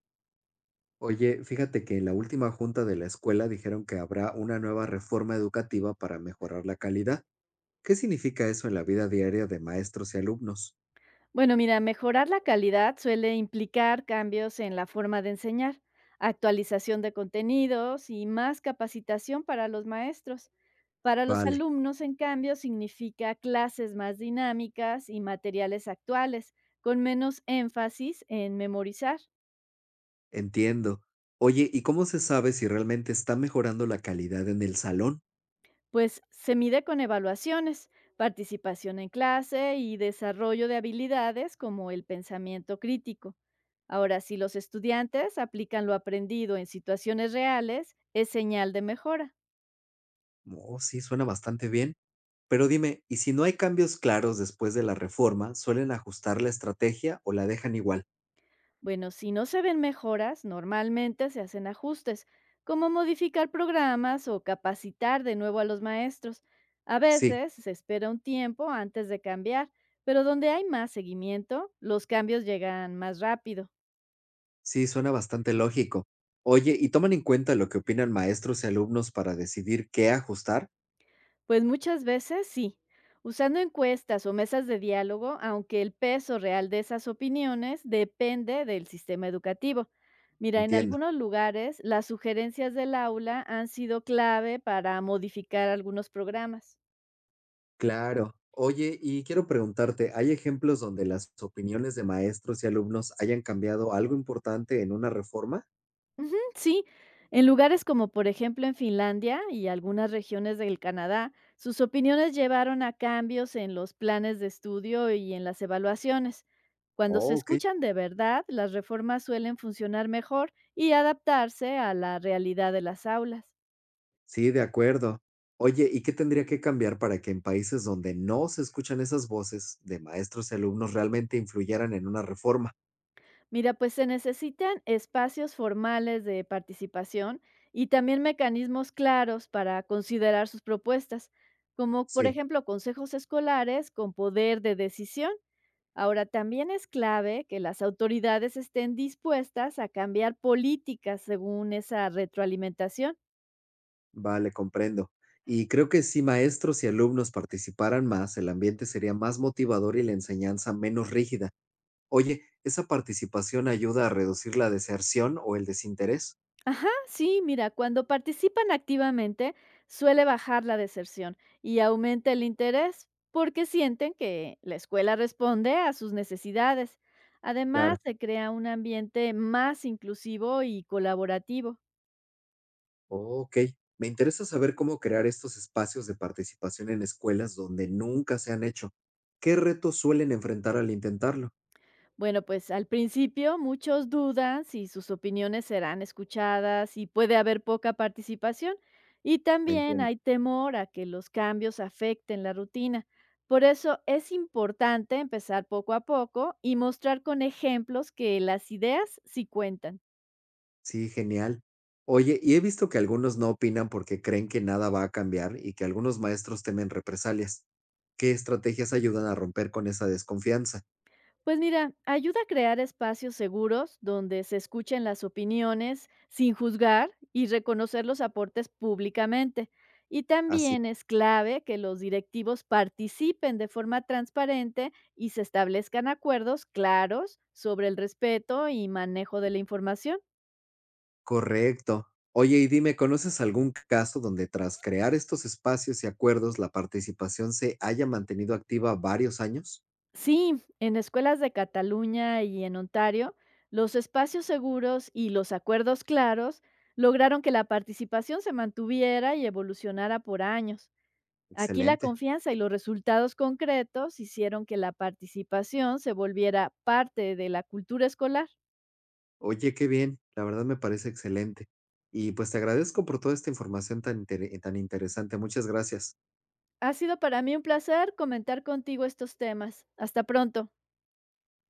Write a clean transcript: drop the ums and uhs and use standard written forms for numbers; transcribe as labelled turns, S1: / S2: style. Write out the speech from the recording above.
S1: Oye, fíjate que en la última junta de la escuela dijeron que habrá una nueva reforma educativa para mejorar la calidad. ¿Qué significa eso en la vida diaria de maestros y alumnos?
S2: Bueno, mira, mejorar la calidad suele implicar cambios en la forma de enseñar, actualización de contenidos y más capacitación para los maestros. Para los
S1: Vale,
S2: alumnos, en cambio, significa clases más dinámicas y materiales actuales, con menos énfasis en memorizar.
S1: entiendo. Oye, ¿y cómo se sabe si realmente está mejorando la calidad en el salón?
S2: Pues se mide con evaluaciones, participación en clase y desarrollo de habilidades como el pensamiento crítico. Ahora, si los estudiantes aplican lo aprendido en situaciones reales, es señal de mejora.
S1: Oh, sí, suena bastante bien. Pero dime, ¿y si no hay cambios claros después de la reforma, suelen ajustar la estrategia o la dejan igual?
S2: Bueno, si no se ven mejoras, normalmente se hacen ajustes, como modificar programas o capacitar de nuevo a los maestros. A
S1: Sí,
S2: veces se espera un tiempo antes de cambiar, pero donde hay más seguimiento, los cambios llegan más rápido.
S1: sí, suena bastante lógico. Oye, ¿y toman en cuenta lo que opinan maestros y alumnos para decidir qué ajustar?
S2: Pues muchas veces sí. Usando encuestas o mesas de diálogo, aunque el peso real de esas opiniones depende del sistema educativo. Mira, en
S1: Entiendo,
S2: algunos lugares las sugerencias del aula han sido clave para modificar algunos programas.
S1: claro. Oye, y quiero preguntarte, ¿hay ejemplos donde las opiniones de maestros y alumnos hayan cambiado algo importante en una reforma?
S2: Ujú. Sí, en lugares como por ejemplo en Finlandia y algunas regiones del Canadá, sus opiniones llevaron a cambios en los planes de estudio y en las evaluaciones. Cuando se
S1: Oh, ok,
S2: escuchan de verdad, las reformas suelen funcionar mejor y adaptarse a la realidad de las aulas.
S1: sí, de acuerdo. Oye, ¿y qué tendría que cambiar para que en países donde no se escuchan esas voces de maestros y alumnos realmente influyeran en una reforma?
S2: Mira, pues se necesitan espacios formales de participación y también mecanismos claros para considerar sus propuestas, como por
S1: Sí,
S2: ejemplo consejos escolares con poder de decisión. Ahora, también es clave que las autoridades estén dispuestas a cambiar políticas según esa retroalimentación.
S1: vale, comprendo. Y creo que si maestros y alumnos participaran más, el ambiente sería más motivador y la enseñanza menos rígida. Oye, ¿esa participación ayuda a reducir la deserción o el desinterés?
S2: Ajá, sí, mira, cuando participan activamente suele bajar la deserción y aumenta el interés porque sienten que la escuela responde a sus necesidades.
S1: Claro.
S2: Además, se crea un ambiente más inclusivo y colaborativo.
S1: Ok, me interesa saber cómo crear estos espacios de participación en escuelas donde nunca se han hecho. ¿Qué retos suelen enfrentar al intentarlo?
S2: Bueno, pues al principio muchos dudan si sus opiniones serán escuchadas y puede haber poca participación. Y
S1: Me
S2: también
S1: entiendo.
S2: hay temor a que los cambios afecten la rutina. Por eso es importante empezar poco a poco y mostrar con ejemplos que las ideas sí cuentan.
S1: Sí, genial. Oye, y he visto que algunos no opinan porque creen que nada va a cambiar y que algunos maestros temen represalias. ¿Qué estrategias ayudan a romper con esa desconfianza?
S2: Pues mira, ayuda a crear espacios seguros donde se escuchen las opiniones sin juzgar y reconocer los aportes públicamente. Y
S1: Así
S2: también es clave que los directivos participen de forma transparente y se establezcan acuerdos claros sobre el respeto y manejo de la información.
S1: correcto. Oye, y dime, ¿conoces algún caso donde tras crear estos espacios y acuerdos la participación se haya mantenido activa varios años?
S2: Sí, en escuelas de Cataluña y en Ontario, los espacios seguros y los acuerdos claros lograron que la participación se mantuviera y evolucionara por años. Aquí la
S1: Excelente.
S2: confianza y los resultados concretos hicieron que la participación se volviera parte de la cultura escolar.
S1: Oye, qué bien. La verdad me parece excelente. Y pues te agradezco por toda esta información tan interesante. Muchas gracias.
S2: Ha sido para mí un placer comentar contigo estos temas. Hasta pronto.